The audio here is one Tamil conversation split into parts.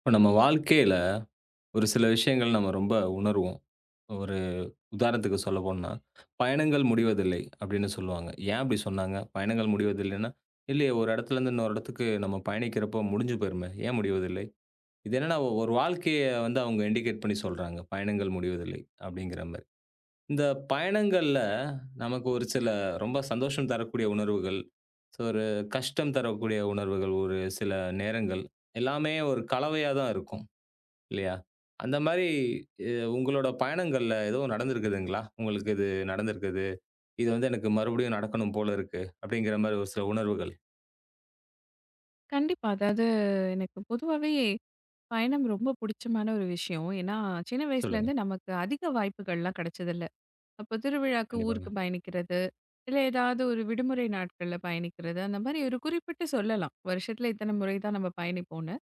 இப்போ நம்ம வாழ்க்கையில ஒரு சில விஷயங்கள் நம்ம ரொம்ப உணர்வோம். ஒரு உதாரணத்துக்கு சொல்லப்போனா, பயணங்கள் முடிவதில்லை அப்படின்னு சொல்லுவாங்க. ஏன் அப்படி சொன்னாங்க? பயணங்கள் முடிவதில்லைன்னா, இல்லையே ஒரு இடத்துலேருந்து இன்னொரு இடத்துக்கு நம்ம பயணிக்கிறப்போ முடிஞ்சு போயிருமே, ஏன் முடிவதில்லை? இது என்னன்னா ஒரு வாழ்க்கைய வந்து அவங்க இண்டிகேட் பண்ணி சொல்றாங்க. பயணங்கள் முடிவதில்லை அப்படிங்கிற மாரி. இந்த பயணங்கள்ல நமக்கு ஒரு சில ரொம்ப சந்தோஷம் தரக்கூடிய உணர்வுகள், ஸோ ஒரு கஷ்டம் தரக்கூடிய உணர்வுகள், ஒரு சில நேரங்கள் எல்லாமே ஒரு கலவையா தான் இருக்கும். இல்லையா? அந்த மாரி எ உங்களோட பயணங்கள்ல எதுவும் நடந்திருக்குதுங்களா? உங்களுக்கு இது நடந்திருக்குது. இது வந்து எனக்கு மறுபடியும் நடக்கணும் போல இருக்கு. அப்படிங்கிற மாரி ஒரு சில உணர்வுகள். கண்டிப்பா. அதாவது எனக்கு பொதுவாவே பயணம் ரொம்ப பிடிச்சமான ஒரு விஷயம். ஏன்னா, சின்ன சொல்லுங்க. வயசுலேருந்து நமக்கு அதிக வாய்ப்புகள்லாம் கிடைச்சதில்ல. அப்போ திருவிழாக்கு கண்டிப்பாங்க. ஊருக்கு பயணிக்கிறது, இல்ல ஏதாவது ஒரு விடுமுறை நாட்கள்ல பயணிக்கிறது, அந்த மாரி ஒரு குறிப்பிட்டு சொல்லலாம். வருஷத்துல இத்தன முறை தான் நம்ம பயணிப்போம்ன்னு.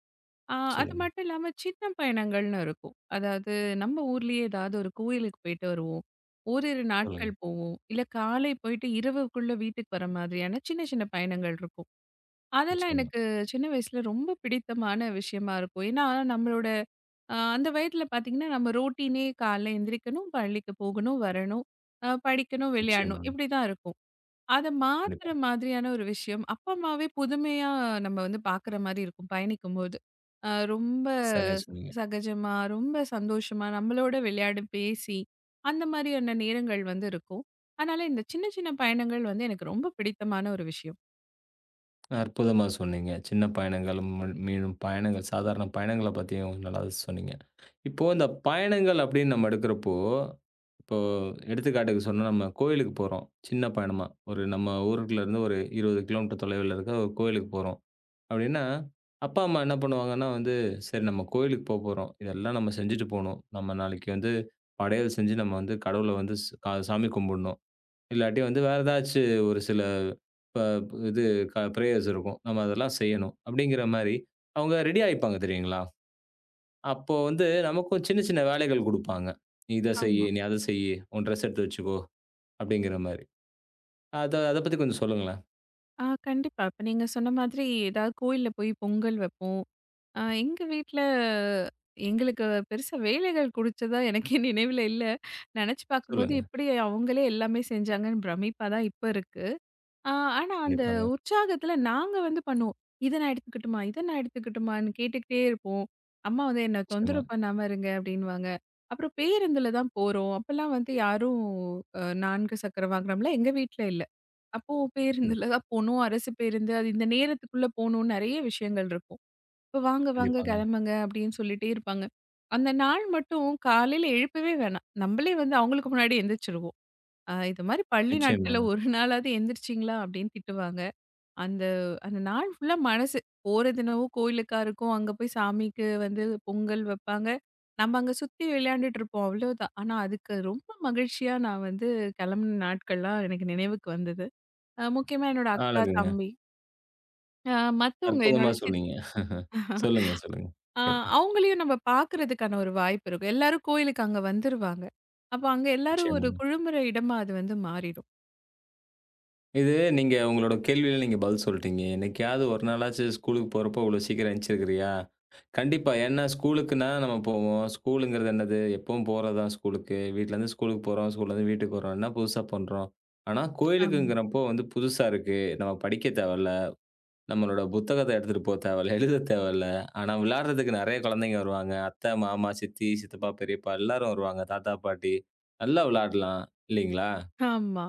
ஆ அது சொல்லுங்க, மட்டும் இல்லாம சின்ன பயணங்கள்னு இருக்கும். அதாவது நம்ம ஊர்லயே ஏதாவது ஒரு கோயிலுக்கு போயிட்டு வருவோம். ஓரிரு சொல்லுங்க. நாட்கள் போவோம். இல்ல காலை போயிட்டு இரவுக்குள்ள வீட்டுக்கு வர மாதிரியான சின்ன சின்ன பயணங்கள் இருக்கும். அதெல்லாம் நிச்சயமா, எனக்கு சின்ன வயசுல ரொம்ப பிடித்தமான விஷயமா இருக்கும். ஏன்னா, நம்மளோட அந்த வயதில பார்த்தீங்கன்னா, நம்ம ரொட்டீனே காலைல எந்திரிக்கணும், பள்ளிக்கு போகணும், வரணும், படிக்கணும், விளையாடணும் நிச்சயமாங்க. இப்படி தான் இருக்கும். அத கண்டிப்பா. மாத்துற மாதிரியான ஒரு விஷயம், அப்பா, அம்மாவே புதுமையா நம்ம வந்து பார்க்குற மாரி இருக்கும் பயணிக்கும்போது. ரொம்ப சரியா சொன்னீங்க. சகஜமா, ரொம்ப சந்தோஷமா நம்மளோட விளையாடி, பேசி அந்த மாரியான நேரங்கள் வந்து இருக்கும். அதனால இந்த சின்ன சின்ன பயணங்கள் வந்து எனக்கு ரொம்ப பிடித்தமான ஒரு விஷயம். அற்புதமா சொன்னீங்க. சின்ன பயணங்கள், ம் மீளும் பயணங்கள், சாதாரண பயணங்கள பத்தியும் நல்லா சொன்னீங்க. இப்போ இந்த பயணங்கள் அப்படின்னு நம்ம எடுக்கிறப்போ, இப்போ எடுத்துக்காட்டுக்கு சொன்னா நம்ம கோயிலுக்கு போறோம். சின்ன பயணமா. ஒரு நம்ம ஊருக்குள்ள இருந்து ஒரு 20 கிலோமீட்டர் தொலைவுல இருக்க ஒரு கோயிலுக்கு போறோம். அப்படின்னா, அப்பா, அம்மா என்ன பண்ணுவாங்கன்னா வந்து, "சரி நம்ம கோயிலுக்கு போப்போறோம். இதெல்லாம் நம்ம செஞ்சுட்டு போணும். நம்ம நாளைக்கு வந்து படையல் செஞ்சு நம்ம வந்து கடவுள வந்து ஸ் கா சாமி கும்பிடணும். இல்லாட்டி வந்து வேற ஏதாச்சு ஒரு சில இப்ப இது க பிரேயர்ஸ் இருக்கும். நம்ம அதெல்லாம் செய்யணும். அப்படிங்கிற மாரி, அவங்க ரெடி ஆயிப்பாங்க தெரியுங்களா? அப்போ வந்து நமக்கும் சின்ன சின்ன வேலைகள் குடுப்பாங்க. "நீ இத செய்யி, ஆமா. நீ அத செய்யி, உன் ட்ரெஸ் எடுத்து வச்சுக்கோ." அப்படிங்கிற மாரி. அத அத பத்தி கொஞ்சம் சொல்லுங்களேன். கண்டிப்பா. இப்ப நீங்க சொன்ன மாதிரி ஏதாவது கோயில்ல போய் பொங்கல் வைப்போம். எங்க வீட்ல எங்களுக்கு பெருசா வேலைகள் குடுச்சதா எனக்கே நினைவுல இல்ல. நெனச்சு பார்க்கும்போது சொல்லுங்க. எப்படி அவங்களே எல்லாமே செஞ்சாங்கன்னு பிரமிப்பா தான் இப்ப இருக்கு. ஆ ஆனா அந்த கண்டிப்பாங்க. உற்சாகத்துல நாங்க வந்து பண்ணுவோம். "இத நான் எடுத்துக்கட்டுமா? இத நான் எடுத்துக்கட்டுமான்னு?" கேட்டுக்கிட்டே இருப்போம். அம்மா வந்து "என்ன நிச்சயமா. தொந்தரவு பண்ணாம இருங்க" அப்படின்னுவாங்க. அப்புறம் பேருந்துல தான் போறோம். அப்பலாம் வந்து யாரும் 4 சக்கர வாகனம்லாம் எங்க வீட்ல இல்ல. அப்போ பேருந்துல தான் போணும். அரசு பேருந்து. அது இந்த நேரத்துக்குள்ள போணும். நெறைய விஷயங்கள் இருக்கும். இப்ப வாங்க, வாங்க கண்டிப்பாங்க. கிளம்புங்க அப்படின்னு சொல்லிட்டே இருப்பாங்க. அந்த நாள் மட்டும் காலையில எழுப்பவே வேணாம். நம்மளே வந்து அவங்களுக்கு முன்னாடி எந்திரிச்சுருவோம். இது மாரி பள்ளி நாட்கள்ல நிச்சயமாங்க. ஒரு நாளாவது எந்திரிச்சிங்களா? அப்படின்னு திட்டுவாங்க. அந்த அந்த நாள் ஃபுல்லா மனசு போறது என்னவோ கோயிலுக்கா இருக்கும். அங்க போய் சாமிக்கு வந்து பொங்கல் வைப்பாங்க. நம்ம அங்க சுத்தி விளையாண்டுட்டு இருப்போம். அவ்வளோதான். ஆனா அதுக்கு ரொம்ப மகிழ்ச்சியா நான் வந்து கிளம்புன நாட்கள்லாம் எனக்கு நினைவுக்கு வந்தது. முக்கியமா என்னோட அக்கா, அழகுங்க. தம்பி. அ மத்தவங்க என்னோட அற்புதமா சொன்னீங்க. சொல்லுங்க, சொல்லுங்க. அ கேட்போம். அவங்களையும் நம்ம பார்க்கறதுக்கான ஒரு வாய்ப்பு இருக்கும். எல்லாரும் கோயிலுக்கு அங்க வந்துருவாங்க. அப்ப அங்க எல்லாரும் நிச்சயமா. ஒரு குழுமுற இடமா அது வந்து மாறிடும். இது நீங்க உங்களோட கேள்வியில நீங்க பதில் சொல்ட்டீங்க. என்னைக்காவது ஒரு நாளாச்சு ஸ்கூலுக்கு போறப்போ இவ்வளோ சீக்கிரம் எந்திச்சிருக்கிறியா? கண்டிப்பா. ஏன்னா ஸ்கூலுக்குன்னா நம்ம போவோம். ஸ்கூலுங்கிறது என்னது? எப்பவும் போறது தான் ஸ்கூலுக்கு. வீட்லருந்து ஸ்கூலுக்கு போறோம். ஸ்கூல்லேருந்து வீட்டுக்கு வர்றோம். என்ன புதுசா பண்றோம்? ஆனா ஆமா. கோயிலுக்குங்கிறப்போ வந்து புதுசா இருக்கு. நம்ம படிக்க தேவையில்ல. நம்மளோட புத்தகத்த எடுத்துட்டு போ தேவையில்ல. எழுத தேவையில்ல. ஆனா விளையாடுறதுக்கு நெறைய குழந்தைங்க வருவாங்க. அத்தை, மாமா, சித்தி, சித்தப்பா, பெரியப்பா எல்லாரும் வருவாங்க. தாத்தா, பாட்டி. நல்லா விளையாடலாம். இல்லீங்களா? ஆமா.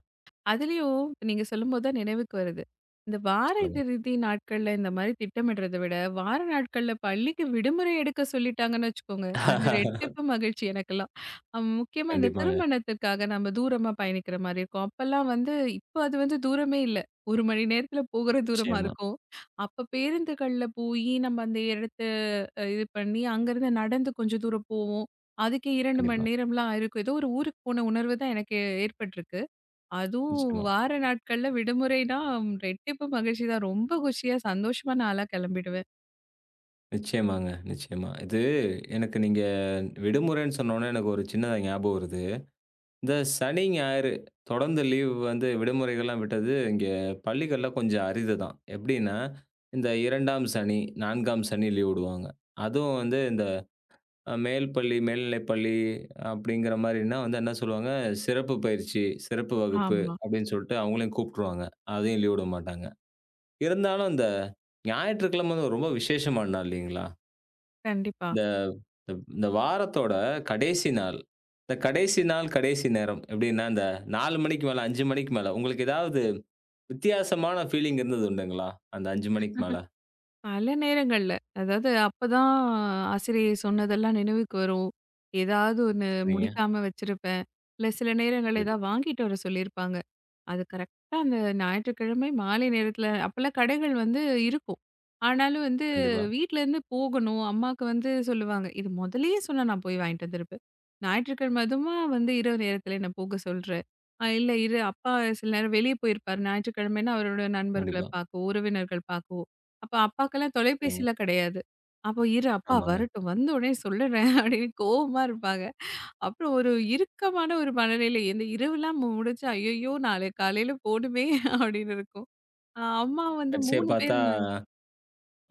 அதுலயும் நீங்க சொல்லும்போது தான் நினைவுக்கு வருது. இந்த வார சொல்லுங்க. இறுதி நாட்கள்ல இந்த மாரி திட்டமிடுறத விட, வார நாட்கள்ல பள்ளிக்கு விடுமுறை எடுக்க சொல்லிட்டாங்கன்னு வச்சுக்கோங்க. அது ரெட்டிப்பு மகிழ்ச்சி எனக்கெல்லாம். முக்கியமா இந்த கண்டிப்பாங்க. திருமணத்துக்காக நம்ம தூரமா பயணிக்கிற மாரி இருக்கும். அப்பல்லாம் வந்து இப்ப அது வந்து தூரமே இல்ல. ஒரு மணி நேரத்துல போகுற தூரமா நிச்சயமா. இருக்கும். அப்ப பேருந்துகள்ல போயி நம்ம அந்த இடத்த இது பண்ணி, அங்கருந்து நடந்து கொஞ்சம் தூரம் போவோம். அதுக்கே 2 மணி கண்டிப்பா. நேரம்லாம் ஆயிருக்கும். ஏதோ ஒரு ஊருக்கு போன உணர்வு தான் எனக்கு ஏற்பட்டிருக்கு. அதுவும் நிச்சயமா, வார நாட்கள்ல விடுமுறைனா ரெட்டிப்பு மகிழ்ச்சி தான். ரொம்ப குஷியா, சந்தோஷமா நான்லாம் கெளம்பிடுவேன். நிச்சயமாங்க, நிச்சயமா. இது எனக்கு நீங்க விடுமுறைன்னு சொன்னோனே எனக்கு ஒரு சின்னதா ஞாபகம் வருது. இந்த சனி, ஞாயிறு தொடர்ந்து லீவ் வந்து விடுமுறைகள்லாம் விட்டது இங்க பள்ளிகள்ல கொஞ்சம் அரிது தான். எப்படின்னா, இந்த 2ஆம் சனி, 4ஆம் சனி லீவ் விடுவாங்க. அதுவும் வந்து இந்த மேல் பள்ளி, மேல்நிலைப் பள்ளி அப்படிங்கிற மாரின்னா வந்து என்ன சொல்லுவாங்க, சிறப்பு பயிற்சி, சிறப்பு வகுப்பு ஆமா. அப்படின்னு சொல்லிட்டு அவங்களையும் கூப்ட்டுருவாங்க. அதையும் லீவ் விட மாட்டாங்க. இருந்தாலும் இந்த ஞாயிற்றுக்கிழமை வந்து ரொம்ப விசேஷமான நாள் இல்லைங்களா? கண்டிப்பா. இந்த இந்த வாரத்தோட கடைசி நாள். இந்த கடைசி நாள், கடைசி நேரம் எப்படின்னா, இந்த 4 மணிக்கு மேல, 5 மணிக்கு மேல உங்களுக்கு ஏதாவது வித்தியாசமான ஃபீலிங் இருந்தது உண்டுங்களா? அந்த 5 மணிக்கு மேல? பல நேரங்கள்ல, அதாவது அப்பதான் ஆசிரியை சொன்னதெல்லாம் நினைவுக்கு வரும். ஏதாவது ஒண்ணு சரிங்க. முடிக்காம வச்சிருப்பேன். இல்ல சில நேரங்கள்ல கண்டிப்பா, ஏதாவது வாங்கிட்டு வர சொல்லியிருப்பாங்க. அது கரெக்ட்டா அந்த ஞாயிற்றுக்கிழமை மாலை நேரத்துல அப்பல்லாம் கடைகள் வந்து இருக்கும். ஆனாலும் வந்து கண்டிப்பா, வீட்லருந்து போகணும். அம்மாக்கு வந்து சொல்லுவாங்க. இது முதல்லயே சொன்னா நான் போய் வாங்கிட்டு வந்திருப்பேன். ஞாயிற்றுக்கிழமை அதுவுமா வந்து இரவு நேரத்துல என்ன போக சொல்ற? இல்ல இரு அப்பா சில நேரம் வெளிய போயிருப்பாரு. ஞாயிற்றுக்கிழமைன்னா அவரோட நண்பர்கள கண்டிப்பா. பார்க்கவோ, உறவினர்கள் பார்க்கவோ. அப்ப அப்பாக்கெல்லாம் சரிங்க. தொலைபேசிலாம் கிடையாது. அப்போ இரு அப்பா ஆமாங்க. வரட்டும். வந்த உடனே சொல்லுறேன் அப்படின்னு கோவமா இருப்பாங்க. அப்புறம் ஒரு இறுக்கமான ஒரு மனநிலை. இந்த இரவுலாம் முடிச்சு, "ஐயய்யோ! நாளை காலையில போணுமே" அப்படின்னு இருக்கும். அம்மா வந்து கடைசியா 3 பேர் பார்த்தா இருந்தாங்க.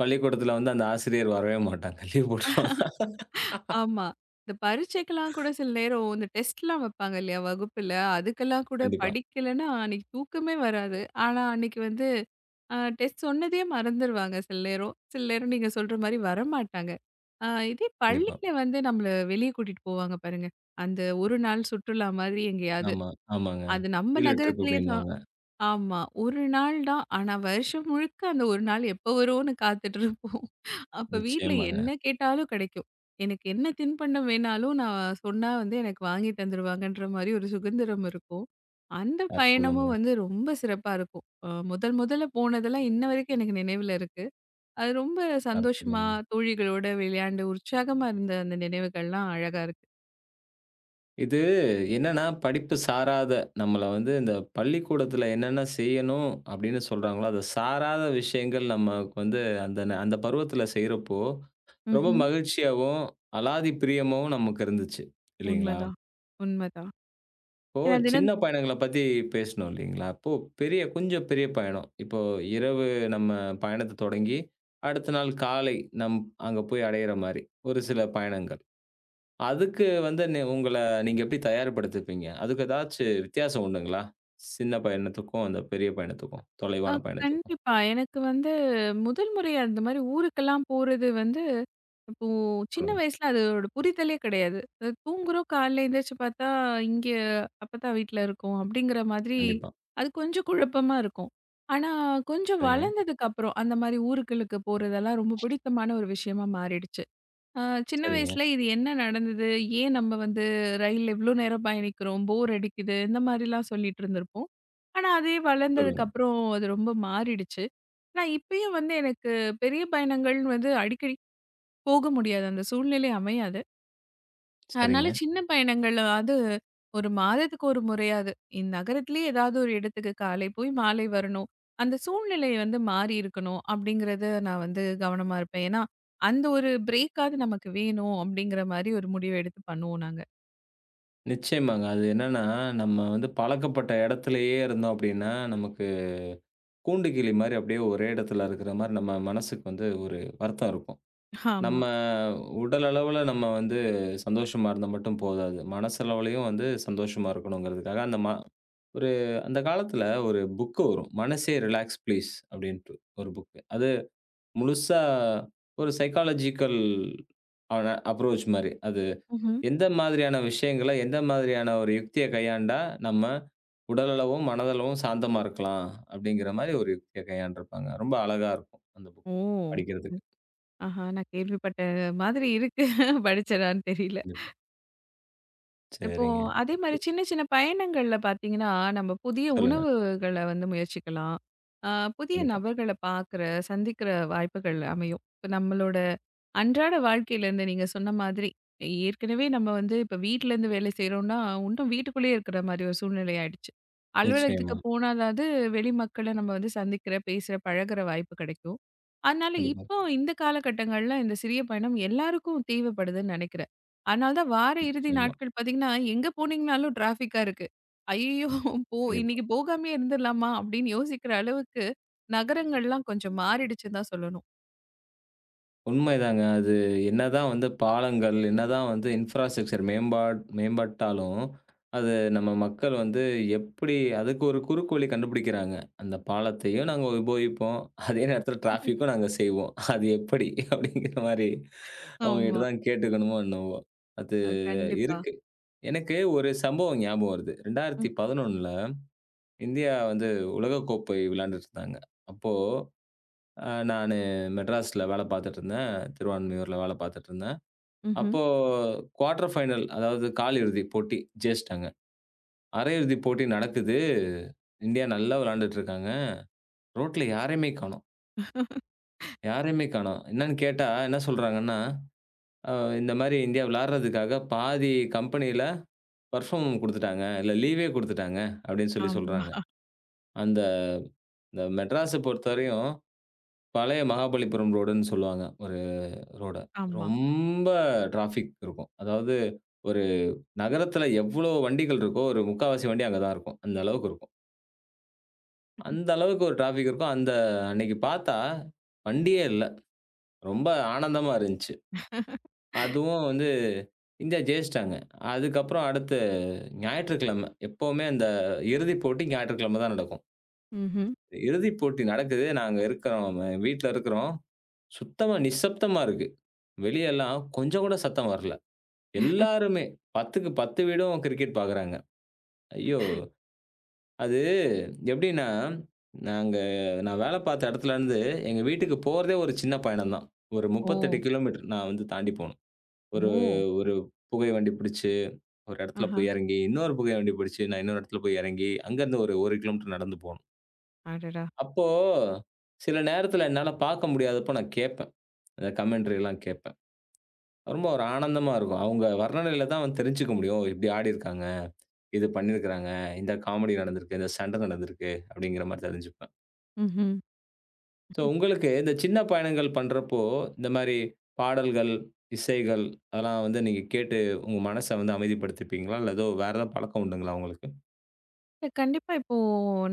பள்ளிக்கூடத்துல வந்து அந்த ஆசிரியர் வரவே மாட்டாங்க. லீவ் போட்டுருவாங்க. ஆமா. இந்த பரீட்சைக்கெல்லாம் கூட சில நேரம் இந்த டெஸ்ட்லாம் வைப்பாங்க இல்லையா வகுப்புல, அதுக்கெல்லாம் கூட கண்டிப்பா, படிக்கலன்னா அன்னைக்கு தூக்கமே வராது. ஆனா அன்னைக்கு வந்து டெஸ்ட் சொன்னதையே மறந்துருவாங்க சில நேரம். சில நேரம் நீங்க சொல்ற மாரி வரமாட்டாங்க. அ இதே கண்டிப்பா. பள்ளியில வந்து நம்மள வெளிய கூட்டிட்டு போவாங்க பாருங்க. அந்த ஒரு நாள் சுற்றுலா மாதிரி எங்கேயாவது. ஆமா, ஆமாங்க. அது நம்ம ஃபீல்டு ட்ரிப் நகரத்திலேயே தான். அப்படின்னுவாங்க. ஆமா. ஒரு நாள் தான். ஆனா வருஷம் முழுக்க அந்த ஒரு நாள் எப்ப வரும்னு காத்துட்டு இருப்போம். அப்ப வீட்ல நிச்சயமாங்க. என்ன கேட்டாலும் கிடைக்கும். எனக்கு என்ன தின்பண்டம் வேணாலும் நான் சொன்னா வந்து எனக்கு வாங்கி தந்துருவாங்கன்ற மாரி ஒரு சுதந்திரம் இருக்கும். அந்த அற்புதங்க, பயணமும் வந்து ரொம்ப சிறப்பா இருக்கும். முதல் முதல்ல போனதெல்லாம் இன்ன வரைக்கும் எனக்கு நினைவுல இருக்கு. அது ரொம்ப சந்தோஷமா அற்புதங்க. தோழிகளோட விளையாண்டு உற்சாகமா இருந்த அந்த நினைவுகள்லாம் அழகா இருக்கு. இது என்னன்னா, படிப்பு சாராத நம்மள வந்து இந்த பள்ளிக்கூடத்துல என்னென்ன செய்யணும் அப்படின்னு சொல்றாங்களோ, அது சாராத விஷயங்கள் நமக்கு வந்து அந்த அந்த பருவத்துல செய்றப்போ, ரொம்ப ம்ஹ்ம். மகிழ்ச்சியாவும், அலாதி பிரியமாவும் நமக்கு இருந்துச்சு. இல்லைங்களா? உண்மதான், உண்மதான். இப்போ ஏன்னா தினம் சின்ன பயணங்கள பத்தி பேசினோம் இல்லைங்களா? இப்போ பெரிய கொஞ்சம் பெரிய பயணம். இப்போ இரவு நம்ம பயணத்த தொடங்கி, அடுத்த நாள் காலை நம் அங்க போய் அடையிற மாரி ஒரு சில பயணங்கள். அதுக்கு வந்து நி உங்கள நீங்க எப்படி தயார்படுத்திப்பீங்க? அதுக்கு ஏதாச்சு வித்தியாசம் உண்டுங்களா? சின்ன பயணத்துக்கும், அந்த பெரிய பயணத்துக்கும், ஆ தொலைவான பயணத்துக்கும்? கண்டிப்பா. எனக்கு வந்து முதல் முறையா இந்த மாரி ஊருக்கெல்லாம் போறது வந்து, இப்போ சின்ன சொல்லுங்க. வயசுல அதோட புரிதலே கிடையாது. தூங்குறோம் காலைல எந்திரிச்சு பார்த்தா, இங்க அப்பத்தா வீட்ல இருக்கோம் அப்படிங்கிற மாதிரி, கண்டிப்பா. அது கொஞ்சம் குழப்பமா இருக்கும். ஆனா, கொஞ்சம் சரிங்க, வளர்ந்ததுக்கப்புறம் அந்த மாரி ஊருக்களுக்கு போறதெல்லாம் ரொம்ப பிடித்தமான ஒரு விஷயமா மாறிடுச்சு. ஆ, சின்ன சரிங்க. வயசுல இது என்ன நடந்தது? ஏன் நம்ம வந்து ரயில்ல இவ்ளோ நேரம் பயணிக்கிறோம்? போர் அடிக்குது. இந்த மாரிலாம் சொல்லிட்டு இருந்திருப்போம். ஆனா, அதே வளர்ந்ததுக்கு சொல்லுங்க. அப்புறம் அது ரொம்ப மாறிடுச்சு. நான் இப்பயும் வந்து எனக்கு பெரிய பயணங்கள் வந்து அடிக்கடி போக முடியாது. அந்த சூழ்நிலை அமையாது. அதனால சரிங்க. சின்ன பயணங்கள் அது ஒரு மாதத்துக்கு ஒரு முறையாது இந்த நகரத்திலேயே ஏதாவது ஒரு இடத்துக்கு காலை போய் மாலை வரணும். அந்த சூழ்நிலை வந்து மாறி இருக்கணும் அப்படிங்கிறத நான் வந்து கவனமா இருப்பேன். ஏன்னா, அந்த ஒரு பிரேக்காவது நமக்கு வேணும் அப்படிங்கிற மாரி ஒரு முடிவு எடுத்து பண்ணுவோம் நாங்க. நிச்சயமாங்க. அது என்னன்னா, நம்ம வந்து பழக்கப்பட்ட இடத்திலேயே இருந்தோம் அப்படின்னா, நமக்கு கூண்டுக்கிளி மாரி அப்படியே ஒரே இடத்துல இருக்கிற மாரி நம்ம மனசுக்கு வந்து ஒரு வருத்தம் இருக்கும். நம்ம ஆமா. உடல் அளவுல நம்ம வந்து சந்தோஷமா இருந்தா மட்டும் போதாது. மனசளவுலயும் வந்து சந்தோஷமா இருக்கணுங்கிறதுக்காக, அந்த ஒரு அந்த காலத்துல ஒரு புக் வரும். "மனசே ரிலாக்ஸ் ப்ளீஸ்" அப்படின்ட்டு ஒரு புக். அது முழுசா ஒரு சைக்காலஜிக்கல் ஆன அப்ரோச் மாரி. அது ம்ஹ்ம். எந்த மாதிரியான விஷயங்கள, எந்த மாதிரியான ஒரு யுக்திய கையாண்டா நம்ம உடலளவும், மனதளவும் சாந்தமா இருக்கலாம் அப்படிங்கிற மாரி ஒரு யுக்திய கையாண்டுருப்பாங்க. ரொம்ப அழகா இருக்கும் அந்த புக் ஓ! படிக்கிறதுக்கு. ஆஹா! நான் கேள்விப்பட்ட மாதிரி இருக்கு. படிச்சதான்னு தெரியல. கண்டிப்பா. இப்போ சரிங்க. அதே மாரி சின்ன சின்ன பயணங்கள்ல பார்த்தீங்கன்னா, நம்ம புதிய சொல்லுங்க. உணவுகள வந்து முயற்சிக்கலாம். அ புதிய கண்டிப்பா. நபர்கள பார்க்குற, சந்திக்கிற வாய்ப்புகள் அமையும். இப்ப நம்மளோட அன்றாட வாழ்க்கையிலேருந்து நீங்க சொன்ன மாதிரி, ஏற்கனவே நம்ம வந்து இப்ப வீட்லேருந்து வேலை செய்றோம்னா, இன்னும் வீட்டுக்குள்ளேயே இருக்கிற மாரி ஒரு சூழ்நிலை ஆயிடுச்சு. அலுவலகத்துக்கு நிச்சயமா. போனாலாவது வெளி மக்கள நம்ம வந்து சந்திக்கிற, பேசுற, பழகுற வாய்ப்பு கிடைக்கும். அதனால கண்டிப்பா, இப்போ இந்த காலகட்டங்கள்ல இந்த சிறிய பயணம் எல்லாருக்கும் தேவைப்படுதுன்னு நெனைக்கிறேன். அதனால தான் வார இறுதி நிச்சயமா, நாட்கள் பார்த்தீங்கன்னா, எங்க போனீங்கனாலும் டிராஃபிக்கா இருக்கு. "ஐயய்யோ! போ கண்டிப்பா. இன்னைக்கு போகாமயே இருந்துரலாமா?" அப்படின்னு யோசிக்கிற அளவுக்கு நகரங்கள்லாம் கொஞ்சம் மாறிடுச்சுன்னு தான் சொல்லணும். உண்மைதாங்க. அது என்னதான் வந்து பாலங்கள், என்னதான் வந்து இன்ஃப்ராஸ்ட்ரக்சர் மேம்பாட் மேம்பட்டாலும், அது நம்ம மக்கள் வந்து எப்படி அதுக்கு ஒரு குறுக்கு வழி கண்டுபிடிக்கிறாங்க. அந்த பாலத்தையும் நாங்க உபயோகிப்போம். அதே நேரத்தில டிராஃபிக்கும் நாங்க செய்வோம். அது எப்படி? அப்படிங்கிற மாரி அவங்ககிட்ட ஆமா. தான் கேட்டுக்கணுமோ என்னவோ! அது கண்டிப்பா. இருக்கு. எனக்கு ஒரு சம்பவம் ஞாபகம் வருது. 2011ல இந்தியா வந்து உலகக்கோப்பை விளையாண்டுட்டு இருந்தாங்க. அப்போ நானு மெட்ராஸ்ல வேலை பார்த்துட்டுருந்தேன். திருவான்மியூர்ல வேலை பார்த்துட்டுருந்தேன். ம்ஹ்ம். அப்போ குவார்ட்டர் ஃபைனல் அதாவது காலிறுதி போட்டி ஜெயிச்சுட்டாங்க. அரையிறுதி போட்டி நடக்குது. இந்தியா நல்லா விளையாண்டுட்டு இருக்காங்க. ரோட்ல யாரையுமே காணோம். யாரையுமே காணோம். என்னன்னு கேட்டா என்ன சொல்றாங்கன்னா, அ இந்த மாரி இந்தியா விளையாடுறதுக்காக பாதி கம்பெனியில பெர்ஃபார்ம் குடுத்துட்டாங்க. இல்ல லீவே குடுத்துட்டாங்க அப்படின்னு சொல்லி ஆமா, சொல்றாங்க. அந்த இந்த மெட்ராஸ பொறுத்தவரையும் பழைய மகாபலிபுரம் ரோடுன்னு சொல்லுவாங்க. ரோட. ஆமா. ரொம்ப டிராஃபிக் இருக்கும். அதாவது ஒரு நகரத்துல எவ்ளோ வண்டிகள் இருக்கோ, ஒரு முக்காவாசி வண்டி அங்க தான் இருக்கும். அந்த அளவுக்கு இருக்கும். அந்த அளவுக்கு ஒரு டிராஃபிக் இருக்கும். அந்த அன்னைக்கு பார்த்தா வண்டியே இல்ல. ரொம்ப ஆனந்தமா இருந்துச்சு. அதுவும் வந்து இந்தியா ஜெயிச்சுட்டாங்க. அதுக்கப்புறம் அடுத்து ஞாயிற்றுக்கிழமை. எப்பவுமே அந்த இறுதிப் போட்டி ஞாயிற்றுக்கிழமை தான் நடக்கும். ம்ஹ்ம். இறுதிப் போட்டி நடக்குது. நாங்க இருக்கிறோம். வீட்ல இருக்கிறோம். சுத்தமா நிசப்தமா இருக்கு. வெளியலாம் கொஞ்சம் கூட சத்தம் வரல. எல்லாருமே 10க்கு 10 வீடும் கிரிக்கெட் பார்க்குறாங்க. ஐயோ! அது எப்படின்னா, நாங்க நான் வேலை பார்த்த இடத்துலருந்து எங்க வீட்டுக்கு போறதே ஒரு சின்ன பயணம் தான். ஒரு ஓ! 38 கிலோமீட்டர் நான் வந்து தாண்டி போணும். ஒரு ஓ! ஒரு புகை வண்டி பிடிச்சு, ஒரு இடத்துல ஆஹா! போய் இறங்கி, இன்னொரு புகை வண்டி பிடிச்சு, நான் இன்னொரு இடத்துல போய் இறங்கி, அங்கருந்து ஒரு 1 கிலோமீட்டர் நடந்து போணும். அடடா! அப்போ சில நேரத்துல என்னால பார்க்க முடியாதப்போ நான் கேட்பேன். அந்த கமெண்ட்ரி எல்லாம் கேட்பேன். ரொம்ப ஒரு ஆனந்தமா இருக்கும். அவங்க வர்ணனையில தான் வந்து தெரிஞ்சுக்க முடியும். இப்படி ஆடியிருக்காங்க. இது பண்ணியிருக்கிறாங்க. இந்த காமெடி நடந்திருக்கு. இந்த சண்டை நடந்திருக்கு. அப்படிங்கிற மாரி தெரிஞ்சுப்பேன். ம்ஹ்ம். ஸோ உங்களுக்கு இந்த சின்ன பயணங்கள் பண்றப்போ, இந்த மாரி பாடல்கள், இசைகள் அதெல்லாம் வந்து நீங்க கேட்டு உங்க மனச வந்து அமைதிப்படுத்திப்பீங்களா? இல்ல ஏதோ வேற ஏதாவது பழக்கம் உண்டுங்களா உங்களுக்கு? இல்ல கண்டிப்பா இப்போ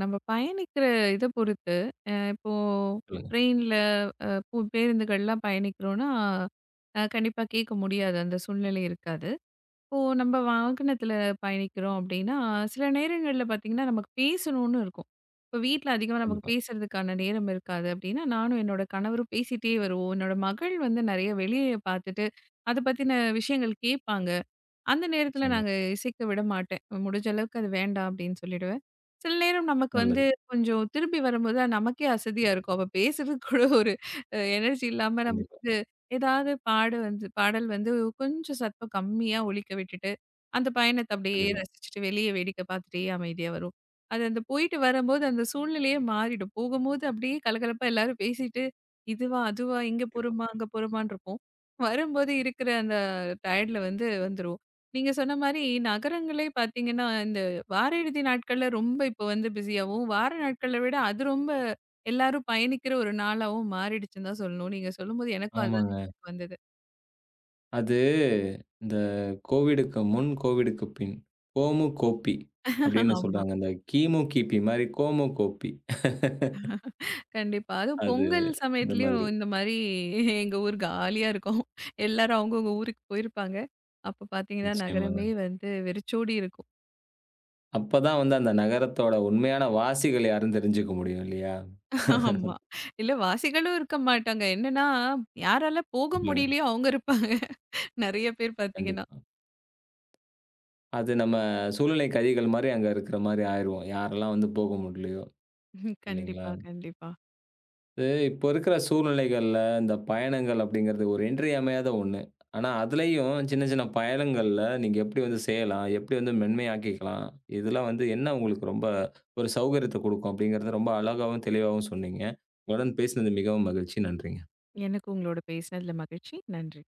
நம்ம பயணிக்கிற இத பொறுத்து, இப்போ சொல்லுங்க. ட்ரெயின்ல அ பு பேருந்துகள்லாம் பயணிக்கிறோம்னா, கண்டிப்பா கேட்க முடியாது. அந்த சூழ்நிலை இருக்காது. இப்போ நம்ம வாகனத்துல பயணிக்கிறோம் அப்படின்னா, சில நேரங்கள்ல பார்த்தீங்கன்னா, நமக்கு பேசணும்னு இருக்கும். இப்போ வீட்ல அதிகமா நமக்கு கண்டிப்பா. பேசுறதுக்கான நேரம் இருக்காது அப்படின்னா, நானும் என்னோட கணவரும் பேசிட்டே வருவோம். என்னோட மகள் வந்து நெறைய வெளிய பார்த்துட்டு, அத பத்தின விஷயங்கள் கேட்பாங்க. அந்த நேரத்துல நிச்சயமா. நாங்க இசைக்க விட மாட்டேன். முடிஞ்ச அளவுக்கு அது வேண்டாம் அப்படின்னு சொல்லிடுவேன். சில நேரம் நமக்கு வந்து நல்லது. கொஞ்சம் திரும்பி வரும்போது அது நமக்கே அசதியா இருக்கும். அப்ப பேசுறதுக்கு கூட ஒரு எனர்ஜி இல்லாம நம்ம கண்டிப்பா, வந்து ஏதாவது பாடு வந்து பாடல் வந்து கொஞ்சம் சத்தம் கம்மியா ஒலிக்க விட்டுட்டு, அந்த பயணத்த அப்படியே கண்டிப்பா, ரசிச்சுட்டு வெளிய வேடிக்கை பார்த்துட்டே அமைதியா வருவோம். அது அந்த போயிட்டு வரும்போது அந்த சூழ்நிலையே மாறிடும். போகும்போது அப்படியே கலகலப்பா எல்லாரும் பேசிட்டு, இதுவா, அதுவா, இங்க கண்டிப்பா. போறோமா, அங்க போறோமான்னு இருப்போம். வரும்போது இருக்கிற அந்த டயர்ட்ல வந்து வந்துருவோம். நீங்க சொன்ன மாரி நகரங்களே பார்த்தீங்கன்னா, இந்த வார இறுதி நாட்கள்ல ரொம்ப இப்போ வந்து பிஸியாவும், வார நாட்கள விட அது ரொம்ப எல்லாரும் பயணிக்கிற ஒரு நாளாவும் மாறிடுச்சுன்னு தான் சொல்லணும். நீங்க சொல்லும்போது எனக்கும் அதுதான் ஆமாங்க. நினைவுக்கு வந்தது. அது இந்த கோவிடுக்கு முன், கோவிடுக்கு பின். கோமு, கோப்பி அப்படின்னு ஆமா. சொல்றாங்க. இந்த கிமு, கிபி மாரி கோமு, கோப்பி. கண்டிப்பா. அதுவும் அது பொங்கல் இந்த சமயத்துலயும் மாதிரி. இந்த மாரி எங்க ஊர் காலியா இருக்கும். எல்லாரும் அவங்கவங்க ஊருக்கு போயிருப்பாங்க. அப்ப பார்த்தீங்கன்னா, நிச்சயமாங்க. நகரமே வந்து வெறிச்சோடி இருக்கும். அப்பதான் வந்து அந்த நகரத்தோட உண்மையான வாசிகள் யாருன்னு தெரிஞ்சுக்க முடியும் இல்லையா? ஆமா. இல்ல வாசிகளும் இருக்க மாட்டாங்க. என்னன்னா, யாரால போக சொல்லுங்க. முடியலையோ அவங்க இருப்பாங்க. நெறைய பேர் பார்த்தீங்கன்னா. கண்டிப்பா. அது நம்ம சூழ்நிலை கதிகள் மாரி அங்க இருக்கிற மாரி ஆயிருவோம். யாரெல்லாம் வந்து போக முடியலையோ, இல்லைங்களா? கண்டிப்பா, கண்டிப்பா. இது இப்போ இருக்கிற சூழ்நிலைகள்ல இந்த பயணங்கள் அப்படிங்கிறது ஒரு இன்றியமையாத ஒண்ணு. ஆனா அதுலயும் சின்ன சின்ன பயணங்கள்ல நீங்க எப்படி வந்து செய்யலாம்? எப்படி வந்து மென்மையாக்கிக்கலாம்? இதெல்லாம் வந்து என்ன உங்களுக்கு ரொம்ப ஒரு சௌகரியத்த குடுக்கும் அப்படிங்கிறத ரொம்ப அழகாவும், தெளிவாவும் சொன்னீங்க. உங்களுடன் பேசினது மிகவும் மகிழ்ச்சி. நன்றிங்க. எனக்கு உங்களோட பேசினதுல மகிழ்ச்சி. நன்றி.